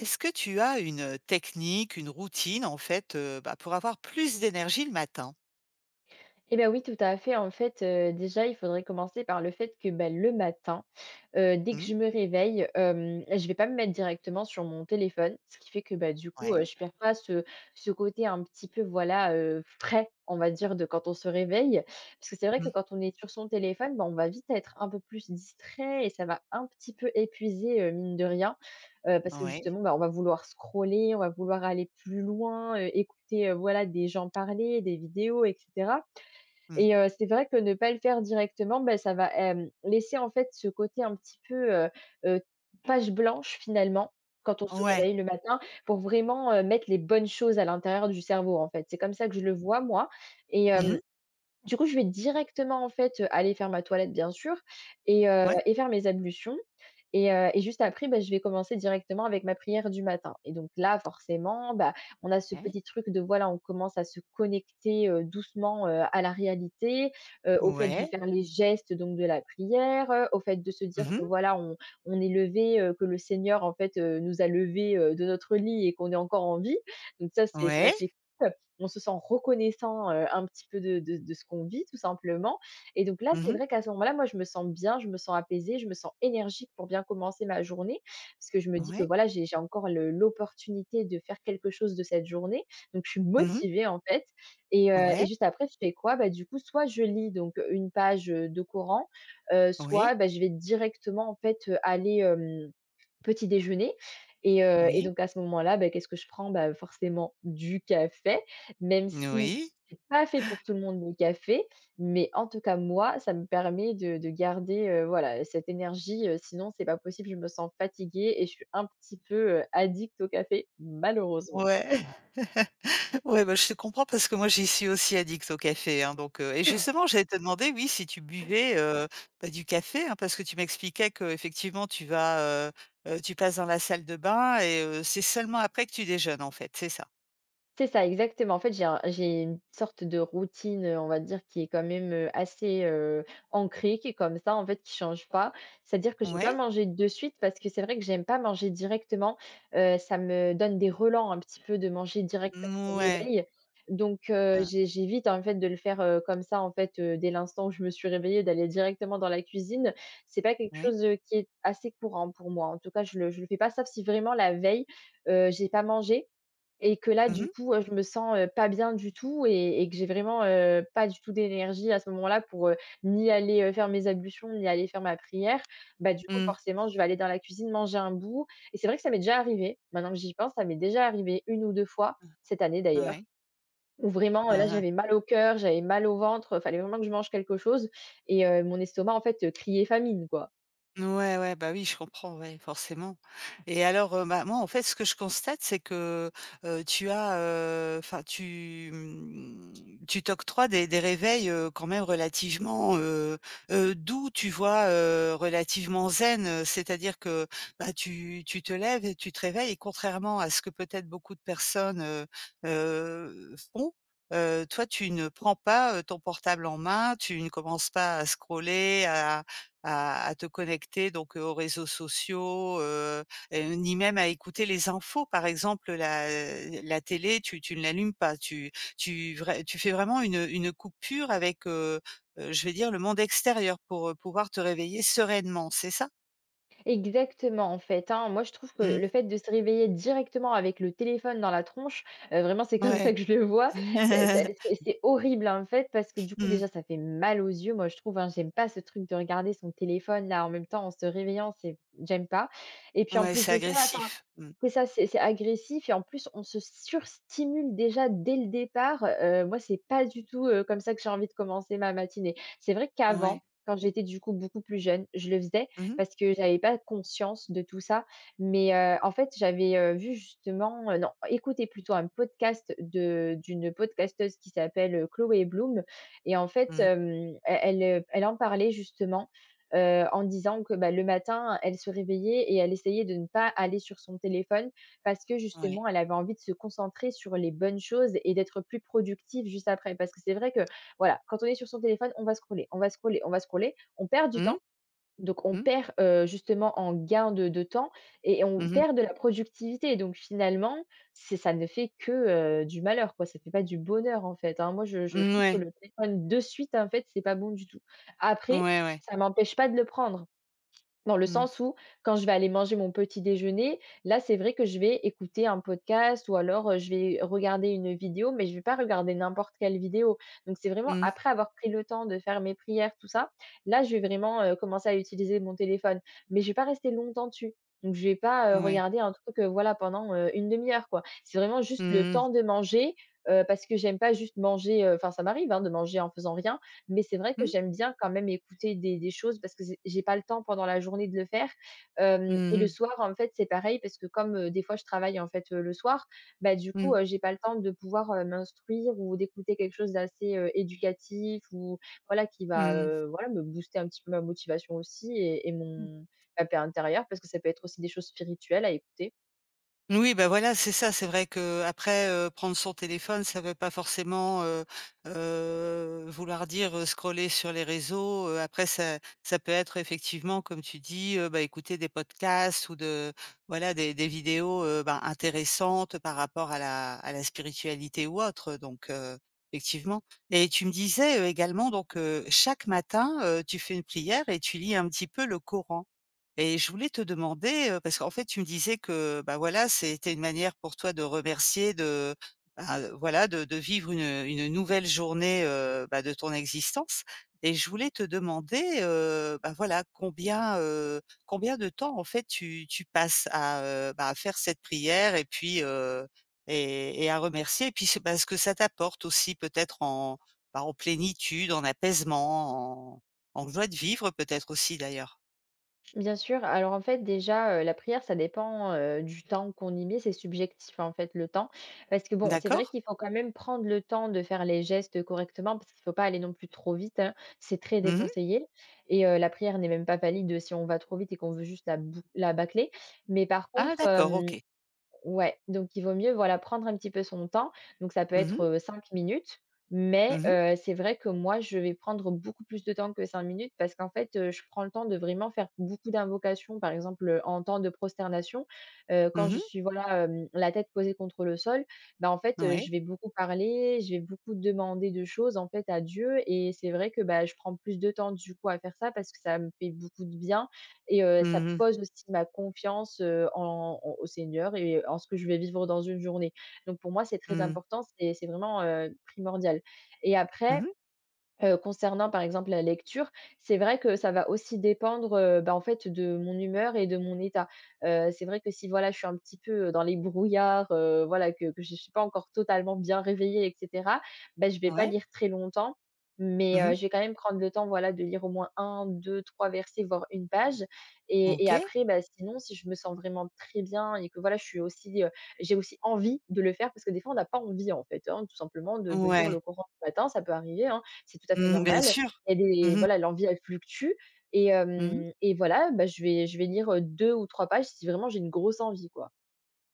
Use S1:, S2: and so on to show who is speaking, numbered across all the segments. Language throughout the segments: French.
S1: Est-ce que tu as une technique, une routine en fait, bah, pour avoir plus d'énergie le matin?
S2: Eh bah, oui, tout à fait. En fait, déjà, il faudrait commencer par le fait que, bah, le matin, dès que
S1: Mmh,
S2: je me réveille, je vais pas me mettre directement sur mon téléphone. Ce qui fait que, bah, du coup,
S1: ouais.
S2: je perds pas ce côté un petit peu, voilà, frais, on va dire, de quand on se réveille. Parce que c'est vrai que
S1: Mmh,
S2: quand on est sur son téléphone, bah, on va vite être un peu plus distrait et ça va un petit peu épuiser, mine de rien. Parce que
S1: ouais.
S2: justement, bah, on va vouloir scroller, on va vouloir aller plus loin, écouter, voilà, des gens parler, des vidéos etc.
S1: Mmh.
S2: Et c'est vrai que ne pas le faire directement, ben ça va, laisser en fait ce côté un petit peu, heu, page blanche finalement, quand on se
S1: Ouais.
S2: réveille le matin pour vraiment, mettre les bonnes choses à l'intérieur du cerveau en fait. C'est comme ça que je le vois moi et
S1: Mmh.
S2: du coup, je vais directement, en fait, aller faire ma toilette, bien sûr
S1: Ouais.
S2: et faire mes ablutions et juste après, bah, je vais commencer directement avec ma prière du matin et donc là, forcément, bah, on a ce
S1: Ouais.
S2: petit truc de, voilà, on commence à se connecter, doucement, à la réalité, au fait de faire les gestes donc de la prière, au fait de se dire
S1: Mmh.
S2: que, voilà, on est levé, que le Seigneur, en fait, nous a levé de notre lit et qu'on est encore en vie donc ça, c'est
S1: Ouais.
S2: assez cool. On se sent reconnaissant, un petit peu de ce qu'on vit tout simplement et donc là, c'est
S1: Mmh.
S2: vrai qu'à ce moment-là, moi, je me sens bien, je me sens apaisée, je me sens énergique pour bien commencer ma journée. Parce que je me dis que
S1: Ouais.
S2: voilà, j'ai encore le l'opportunité de faire quelque chose de cette journée, donc je suis
S1: Mmh.
S2: motivée en fait et
S1: Ouais.
S2: juste après, je fais quoi? Bah, du coup, soit je lis donc une page, de Coran,
S1: Oui.
S2: soit, bah, je vais directement en fait, aller, petit déjeuner et
S1: Oui.
S2: donc à ce moment-là, bah, qu'est-ce que je prends? Bah, forcément du café même si
S1: Oui.
S2: c'est pas fait pour tout le monde, le café, mais en tout cas moi, ça me permet de garder, voilà, cette énergie, sinon c'est pas possible, je me sens fatiguée et je suis un petit peu, addict au café, malheureusement.
S1: Ouais. Ouais, bah, je te comprends parce que moi, j'y suis aussi addict au café, hein, donc et justement, j'allais te demander, oui, si tu buvais, bah, du café, hein, parce que tu m'expliquais que effectivement tu passes dans la salle de bain et c'est seulement après que tu déjeunes, en fait, c'est ça?
S2: C'est ça, exactement. En fait, j'ai une sorte de routine, on va dire, qui est quand même, assez, ancrée, qui est comme ça, en fait, qui change pas. C'est-à-dire que je vais pas
S1: Ouais?
S2: manger de suite parce que c'est vrai que j'aime pas manger directement. Ça me donne des relents un petit peu de manger directement au
S1: Ouais.
S2: réveil. Donc
S1: Hein.
S2: j'évite, en fait, de le faire, comme ça, en fait, dès l'instant où je me suis réveillée, d'aller directement dans la cuisine. C'est pas quelque
S1: Oui.
S2: chose, qui est assez courant pour moi. En tout cas, je le fais pas, sauf si vraiment la veille, j'ai pas mangé et que là,
S1: Mmh
S2: du
S1: mh.
S2: coup, je me sens, pas bien du tout et que j'ai vraiment, pas du tout d'énergie à ce moment-là pour, ni aller, faire mes ablutions, ni aller faire ma prière. Bah, du coup,
S1: Mmh.
S2: forcément, je vais aller dans la cuisine manger un bout et c'est vrai que ça m'est déjà arrivé, maintenant que j'y pense, ça m'est déjà arrivé une ou 2 fois, cette année d'ailleurs,
S1: Ouais.
S2: où vraiment, là,
S1: Mmh.
S2: j'avais mal au cœur, j'avais mal au ventre, fallait vraiment que je mange quelque chose et mon estomac, en fait, criait famine, quoi.
S1: Ouais, ouais, bah, oui, je comprends, ouais, forcément. Et alors, bah, moi, en fait, ce que je constate, c'est que, tu as, enfin, tu t'octroies des réveils, quand même relativement, doux, tu vois? Relativement zen, c'est-à-dire que, bah, tu te lèves et tu te réveilles, et contrairement à ce que peut-être beaucoup de personnes, font, toi, tu ne prends pas, ton portable en main, tu ne commences pas à scroller, à te connecter, donc, aux réseaux sociaux, ni même à écouter les infos. Par exemple, la télé, tu ne l'allumes pas. Tu fais vraiment une coupure avec, je vais dire, le monde extérieur pour pouvoir te réveiller sereinement, c'est ça?
S2: Exactement, en fait, hein. Moi, je trouve que
S1: Mmh.
S2: le fait de se réveiller directement avec le téléphone dans la tronche, vraiment, c'est comme ça
S1: Ouais.
S2: que je le vois. Ça ça c'est c'est horrible, en fait, parce que, du coup,
S1: Mmh.
S2: déjà, ça fait mal aux yeux, moi, je trouve, hein. J'aime pas ce truc de regarder son téléphone, là, en même temps, en se réveillant, c'est j'aime pas et puis, en
S1: Ouais,
S2: plus
S1: c'est
S2: de ça
S1: agressif. Mmh.
S2: c'est ça, c'est agressif et en plus on se surstimule déjà dès le départ, moi c'est pas du tout, comme ça que j'ai envie de commencer ma matinée. C'est vrai qu'avant,
S1: Ouais.
S2: quand j'étais du coup beaucoup plus jeune, je le faisais
S1: Mmh mh.
S2: parce que j'avais pas conscience de tout ça, mais en fait j'avais, vu justement, non, écoutez plutôt un podcast de d'une podcasteuse qui s'appelle, Chloé Bloom et en fait,
S1: Mmh.
S2: elle elle, elle en parlait justement en disant que, bah, le matin, elle se réveillait et elle essayait de ne pas aller sur son téléphone parce que
S1: Ouais.
S2: justement, elle avait envie de se concentrer sur les bonnes choses et d'être plus productive juste après. Parce que c'est vrai que, voilà, quand on est sur son téléphone, on va scroller, on va scroller, on va scroller, on perd du
S1: Mmh.
S2: temps donc on
S1: Mmh.
S2: perd, justement en gain de temps et on
S1: Mmh mh.
S2: perd de la productivité donc finalement, c'est ça ne fait que, du malheur quoi, ça ne fait pas du bonheur en fait, hein. Moi je
S1: Mmh,
S2: trouve que
S1: ouais.
S2: le téléphone de suite en fait, c'est pas bon du tout. Après,
S1: Ouais, ouais.
S2: ça m'empêche pas de le prendre. Dans le
S1: Mmh.
S2: sens où, quand je vais aller manger mon petit déjeuner, là, c'est vrai que je vais écouter un podcast ou alors, je vais regarder une vidéo, mais je ne vais pas regarder n'importe quelle vidéo. Donc c'est vraiment
S1: Mmh.
S2: après avoir pris le temps de faire mes prières, tout ça, là, je vais vraiment, commencer à utiliser mon téléphone. Mais je ne vais pas rester longtemps dessus. Donc je ne vais pas,
S1: Ouais.
S2: regarder un truc, voilà, pendant, 1/2 heure, quoi. C'est vraiment juste le
S1: Mmh mh.
S2: temps de manger, parce que j'aime pas juste manger, enfin ça m'arrive, hein, de manger en faisant rien. Mais c'est vrai que
S1: Mmh.
S2: j'aime bien quand même écouter des choses parce que c'est j'ai pas le temps pendant la journée de le faire, hem et
S1: Mmh
S2: le
S1: mh.
S2: soir, en fait, c'est pareil parce que comme, des fois je travaille, en fait, le soir, bah, du coup,
S1: Mmh.
S2: j'ai pas le temps de pouvoir, m'instruire ou d'écouter quelque chose d'assez, éducatif ou voilà qui va,
S1: Mmh.
S2: voilà me booster un petit peu ma motivation aussi et
S1: Mmh.
S2: mon ma paix intérieure parce que ça peut être aussi des choses spirituelles à écouter.
S1: Oui, ben voilà, c'est ça. C'est vrai qu'après, prendre son téléphone, ça veut pas forcément, vouloir dire, scroller sur les réseaux. Après ça peut être, effectivement, comme tu dis, bah, écouter des podcasts, ou de voilà, des vidéos, ben, intéressantes par rapport à la spiritualité ou autre, donc effectivement. Et tu me disais, également, donc chaque matin, tu fais une prière et tu lis un petit peu le Coran. Et je voulais te demander, parce qu'en fait, tu me disais que, bah, voilà, c'était une manière pour toi de remercier, de, bah, voilà, de vivre une nouvelle journée, bah, de ton existence. Et je voulais te demander, bah, voilà, combien de temps, en fait, tu passes à, bah, à faire cette prière, et puis, et à remercier, et puis ce, bah, que ça t'apporte aussi peut-être en, bah, en plénitude, en apaisement, en joie de vivre peut-être aussi d'ailleurs.
S2: Bien sûr. Alors en fait, déjà, la prière, ça dépend, du temps qu'on y met. C'est subjectif, en fait, le temps. Parce que bon, c'est
S1: D'accord?
S2: vrai qu'il faut quand même prendre le temps de faire les gestes correctement, parce qu'il ne faut pas aller non plus trop vite, hein. C'est très
S1: Mmh mh.
S2: déconseillé et la prière n'est même pas valide si on va trop vite et qu'on veut juste la bâcler. Mais par
S1: Ah
S2: contre,
S1: d'accord, OK.
S2: ouais, donc il vaut mieux, voilà, prendre un petit peu son temps. Donc ça peut
S1: Mmh mh.
S2: être, 5 minutes, mais
S1: Mmh mh.
S2: c'est vrai que moi, je vais prendre beaucoup plus de temps que 5 minutes parce qu'en fait, je prends le temps de vraiment faire beaucoup d'invocations, par exemple, en temps de prosternation, quand
S1: Mmh
S2: je
S1: mh.
S2: suis, voilà, la tête posée contre le sol, bah, en fait,
S1: Ouais.
S2: je vais beaucoup parler, je vais beaucoup demander de choses, en fait, à Dieu et c'est vrai que, bah, je prends plus de temps, du coup, à faire ça parce que ça me fait beaucoup de bien et ça
S1: Mmh mh.
S2: pose aussi ma confiance, en en au Seigneur et en ce que je vais vivre dans une journée. Donc pour moi, c'est très
S1: Mmh.
S2: important, c'est vraiment, primordial et
S1: Mmh
S2: après
S1: mh.
S2: Concernant par exemple la lecture, c'est vrai que ça va aussi dépendre, bah, en fait de mon humeur et de mon état. C'est vrai que si voilà, je suis un petit peu, dans les brouillards, voilà que je ne suis pas encore totalement bien réveillée, et cetera, bah, je vais pas
S1: Ouais.
S2: lire très longtemps, mais
S1: Mmh mh.
S2: je vais quand même prendre le temps, voilà, de lire au moins un, deux, trois versets, voire une page. Et
S1: OK.
S2: après, bah, sinon, si je me sens vraiment très bien et que voilà je suis aussi, j'ai aussi envie de le faire parce que des fois on n'a pas envie, en fait, hein, tout simplement de lire
S1: Ouais.
S2: le Coran le matin, ça peut arriver, hein, c'est tout à fait
S1: Mmh, bien
S2: normal.
S1: sûr.
S2: Il y
S1: Mmh
S2: a des,
S1: mh.
S2: voilà, l'envie, elle fluctue, et
S1: Mmh mh.
S2: hem et voilà, bah, je vais lire, deux ou 3 pages si vraiment j'ai une grosse envie, quoi.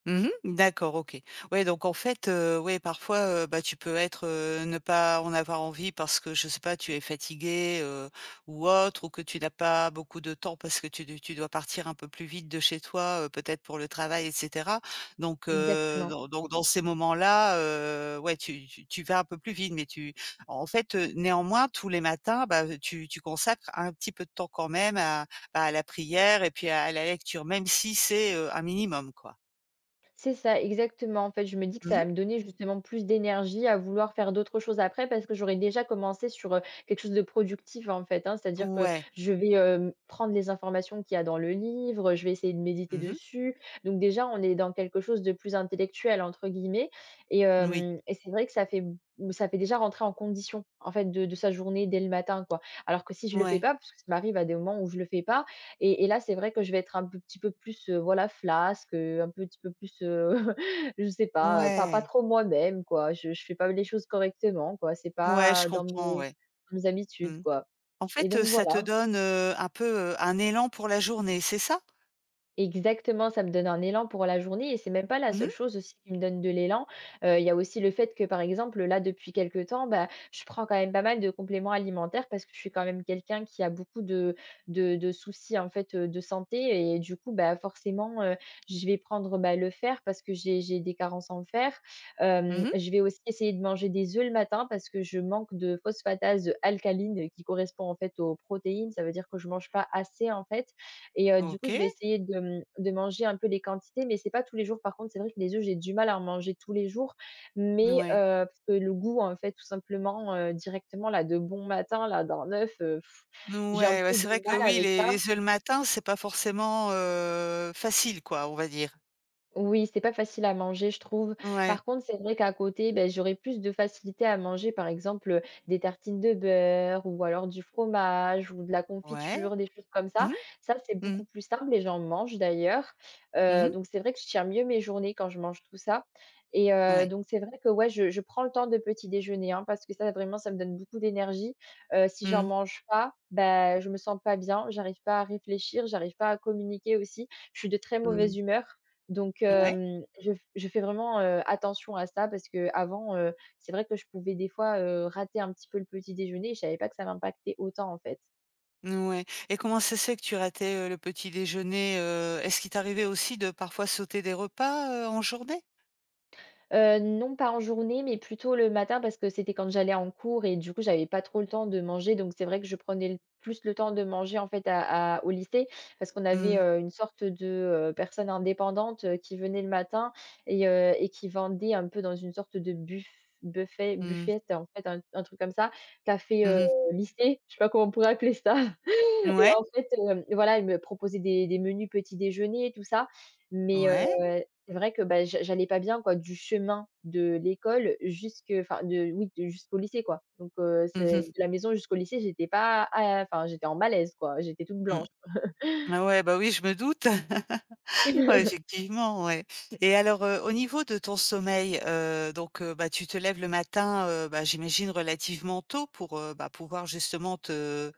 S1: Mmh. D'accord, OK. Ouais, donc en fait, ouais, parfois, bah, tu peux être, ne pas en avoir envie parce que, je sais pas, tu es fatigué, ou autre, ou que tu n'as pas beaucoup de temps parce que tu dois partir un peu plus vite de chez toi, peut-être pour le travail et cetera.
S2: Exactement.
S1: Dans ces moments-là, ouais, tu vas un peu plus vite, mais tu en fait, néanmoins, tous les matins, bah, tu consacres un petit peu de temps quand même à, bah, à la prière, et puis à la lecture, même si c'est, un minimum, quoi.
S2: C'est ça, exactement. En fait, je me dis que ça
S1: Mmh.
S2: va me donner justement plus d'énergie à vouloir faire d'autres choses après, parce que j'aurais déjà commencé sur quelque chose de productif, en fait, hein. C'est-à-dire que
S1: Ouais.
S2: je vais, prendre les informations qu'il y a dans le livre, je vais essayer de méditer
S1: Mmh.
S2: dessus. Donc déjà, on est dans quelque chose de «plus intellectuel» entre guillemets, et
S1: Oui.
S2: hem et c'est vrai que ça fait déjà rentrer en condition, en fait, de sa journée dès le matin, quoi. Alors que si je le fais
S1: Ouais.
S2: pas, parce que ça m'arrive à des moments où je le fais pas, et là, c'est vrai que je vais être un peu petit peu plus, voilà, flasque, un petit peu plus, je sais pas, pas
S1: Ouais.
S2: trop moi-même, quoi. Je fais pas les choses correctement, quoi. C'est
S1: Ouais, je
S2: pas dans
S1: comprends,
S2: mes
S1: ouais.
S2: dans mes habitudes,
S1: Mmh.
S2: quoi,
S1: En
S2: et
S1: fait,
S2: donc
S1: ça te
S2: voilà.
S1: donne, un peu, un élan pour la journée, c'est ça?
S2: Exactement, ça me donne un élan pour la journée, et c'est même pas la
S1: Mmh
S2: seule
S1: mh.
S2: chose aussi qui me donne de l'élan. Il y a aussi le fait que, par exemple, là, depuis quelque temps, bah, je prends quand même pas mal de compléments alimentaires parce que je suis quand même quelqu'un qui a beaucoup de soucis, en fait, de santé, et du coup, bah, forcément, je vais prendre, bah, le fer parce que j'ai des carences en fer.
S1: Mmh.
S2: Je vais aussi essayer de manger des œufs le matin parce que je manque de phosphatase alcaline, qui correspond, en fait, aux protéines. Ça veut dire que je mange pas assez, en fait, et du coup, je
S1: OK.
S2: vais essayer de manger un peu les quantités, mais c'est pas tous les jours. Par contre, c'est vrai que les œufs, j'ai du mal à en manger tous les jours, mais
S1: Ouais.
S2: parce que le goût, en fait, tout simplement, directement là, de bon matin là, d'un œuf, j'ai un
S1: Ouais, ouais,
S2: peu de
S1: c'est vrai que
S2: mal
S1: oui,
S2: avec
S1: les
S2: ça.
S1: les œufs le matin, c'est pas forcément, facile, quoi, on va dire.
S2: Oui, c'est pas facile à manger, je trouve.
S1: Ouais.
S2: Par contre, c'est vrai qu'à côté, ben, j'aurais plus de facilité à manger, par exemple, des tartines de beurre ou alors du fromage ou de la
S1: Ouais.
S2: confiture, des choses comme
S1: Mmh
S2: ça. Ça, c'est
S1: mh. Mmh.
S2: beaucoup plus simple, et j'en mange d'ailleurs.
S1: Mmh.
S2: Donc c'est vrai que je tiens mieux mes journées quand je mange tout ça, et
S1: Ouais.
S2: donc c'est vrai que, ouais, je prends le temps de petit déjeuner, hein, parce que ça, vraiment, ça me donne beaucoup d'énergie. Si j'en
S1: Mmh.
S2: mange pas, ben, je me sens pas bien, j'arrive pas à réfléchir, j'arrive pas à communiquer aussi. Je suis de très mauvaise
S1: Mmh.
S2: humeur. Donc
S1: Ouais.
S2: je fais vraiment, attention à ça parce qu'avant, c'est vrai que je pouvais des fois, rater un petit peu le petit déjeuner, et je savais pas que ça m'impactait autant, en fait.
S1: Ouais, et comment ça se fait que tu ratais, le petit déjeuner? Est-ce qu'il t'arrivait aussi de parfois sauter des repas, en journée?
S2: Non, pas en journée, mais plutôt le matin parce que c'était quand j'allais en cours, et du coup, j'avais pas trop le temps de manger, donc c'est vrai que je prenais l plus le temps de manger, en fait, à au lycée, parce qu'on avait,
S1: Mmh.
S2: une sorte de, personne indépendante, qui venait le matin, et qui vendait un peu dans une sorte de
S1: Mmh.
S2: buffette, en fait, un truc comme ça, café,
S1: Mmh mh.
S2: lycée, je sais pas comment on pourrait appeler ça, et
S1: Ouais,
S2: en fait, voilà, elle me proposait des menus petit déjeuner, et tout ça, mais
S1: ouais.
S2: c'est vrai que, bah, j'allais pas bien, quoi, du chemin de l'école jusque, enfin, de, oui, de, jusqu'au lycée, quoi. Donc
S1: Mmh
S2: c'est
S1: mh.
S2: de la maison jusqu'au lycée, j'étais pas à, enfin, j'étais en malaise, quoi, j'étais toute
S1: Mmh.
S2: blanche.
S1: Ah ouais, bah oui, je me doute. Ouais, effectivement, ouais. Et alors, au niveau de ton sommeil, donc, bah, tu te lèves le matin, bah, j'imagine relativement tôt pour, bah, pouvoir justement te…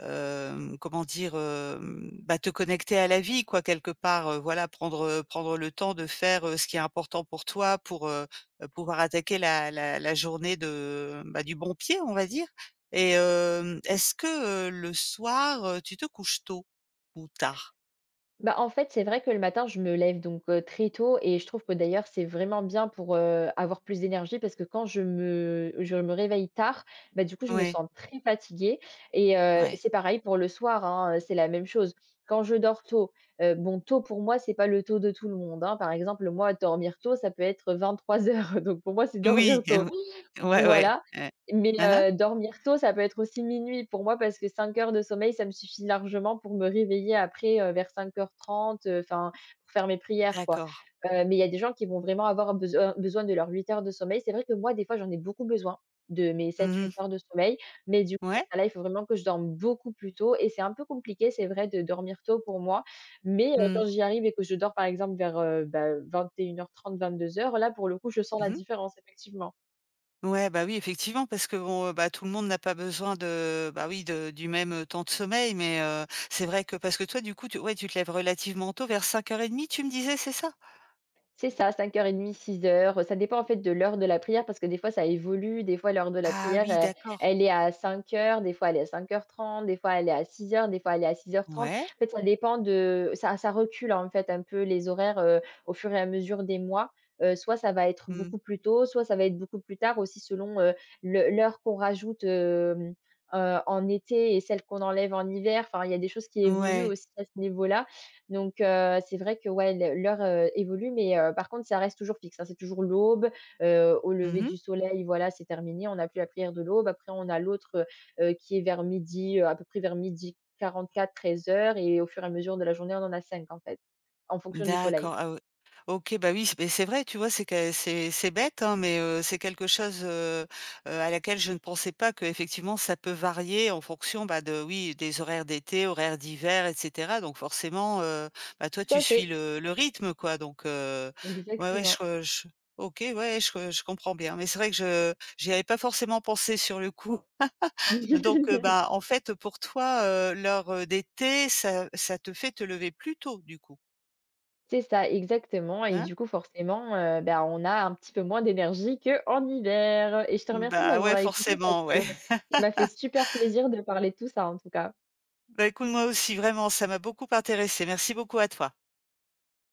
S1: Comment dire? Bah, te connecter à la vie, quoi, quelque part, voilà, prendre, prendre le temps de faire, ce qui est important pour toi pour, pouvoir attaquer la journée, de, bah, du bon pied, on va dire. Et est-ce que, le soir, tu te couches tôt ou tard?
S2: Bah, en fait, c'est vrai que le matin, je me lève donc très tôt, et je trouve que d'ailleurs, c'est vraiment bien pour, avoir plus d'énergie parce que quand je me réveille tard, bah, du coup, je me
S1: Ouais,
S2: sens très fatiguée, et
S1: ouais.
S2: c'est pareil pour le soir, hein, c'est la même chose. Quand je dors tôt, bon, tôt pour moi, c'est pas le tôt de tout le monde, hein. Par exemple, moi, dormir tôt, ça peut être 23h, donc pour moi, c'est dormir
S1: Oui.
S2: tôt.
S1: Ouais, ouais, ouais.
S2: Voilà,
S1: Hein
S2: mais
S1: hein.
S2: dormir tôt, ça peut être aussi minuit pour moi parce que 5 heures de sommeil, ça me suffit largement pour me réveiller après, vers 5h30, enfin, pour faire mes prières, quoi.
S1: D'accord.
S2: Mais il y a des gens qui vont vraiment avoir besoin de leurs 8 heures de sommeil. C'est vrai que moi, des fois, j'en ai beaucoup besoin de mes sept huit
S1: Mmh.
S2: heures de sommeil, mais du coup,
S1: Ouais.
S2: là il faut vraiment que je dorme beaucoup plus tôt, et c'est un peu compliqué, c'est vrai, de dormir tôt pour moi, mais
S1: Mmh.
S2: quand j'y arrive et que je dors, par exemple, vers, bah, 2h30, 22h, là, pour le coup, je sens la
S1: Mmh.
S2: différence, effectivement.
S1: Ouais, bah, oui, effectivement, parce que bon, bah, tout le monde n'a pas besoin de, bah, oui, de du même, temps de sommeil, mais c'est vrai que, parce que toi, du coup, tu, ouais, tu te lèves relativement tôt, vers 5:30, tu me disais, c'est ça?
S2: C'est ça, 5:30, 6h. Ça dépend en fait de l'heure de la prière parce que des fois ça évolue, des fois l'heure de la
S1: Ah
S2: prière,
S1: oui, d'accord.
S2: elle est à 5h, des fois elle est à 5h30, des fois elle est à 6h, des fois elle est à 6h30.
S1: Ouais.
S2: En fait, ça dépend de ça ça recule en fait un peu les horaires, au fur et à mesure des mois. Soit ça va être
S1: Mmh.
S2: beaucoup plus tôt, soit ça va être beaucoup plus tard aussi selon, le l'heure qu'on rajoute, en été et celle qu'on enlève en hiver. Enfin, il y a des choses qui évoluent
S1: Ouais.
S2: aussi à ce niveau-là. Donc c'est vrai que, ouais, l'heure, évolue, mais par contre ça reste toujours fixe, hein. C'est toujours l'aube, au lever
S1: Mmh.
S2: du soleil, voilà, c'est terminé. On n'a plus la prière de l'aube. Après on a l'autre, qui est vers midi, à peu près vers 12h44, 13h, et au fur et à mesure de la journée, on en a 5 en fait, en fonction du soleil.
S1: D'accord, ah ouais. OK, bah, oui, c beh, c'est vrai, tu vois? C'est que c'est bête, hein, mais c'est quelque chose, à laquelle je ne pensais pas, que effectivement ça peut varier en fonction, bah, de, oui, des horaires d'été, horaires d'hiver et cetera, donc forcément, bah, toi,
S2: Tout
S1: tu
S2: à
S1: suis
S2: fait,
S1: le rythme, quoi. Donc ouais, ouais,
S2: exactement.
S1: je OK, ouais, je comprends bien, mais c'est vrai que je j'y avais pas forcément pensé sur le coup. Donc bah, en fait, pour toi, l'heure, d'été, ça te fait te lever plus tôt, du coup,
S2: C'est ça, exactement, et
S1: hein?
S2: du coup, forcément, bah, on a un petit peu moins d'énergie qu'en hiver, et je te remercie de
S1: Bah, ouais,
S2: m'avoir écoutée parce
S1: forcément,
S2: que
S1: ouais.
S2: ça m'a fait super plaisir de parler de tout ça, en tout cas.
S1: Bah, écoute, moi aussi, vraiment, ça m'a beaucoup intéressé. Merci beaucoup à toi.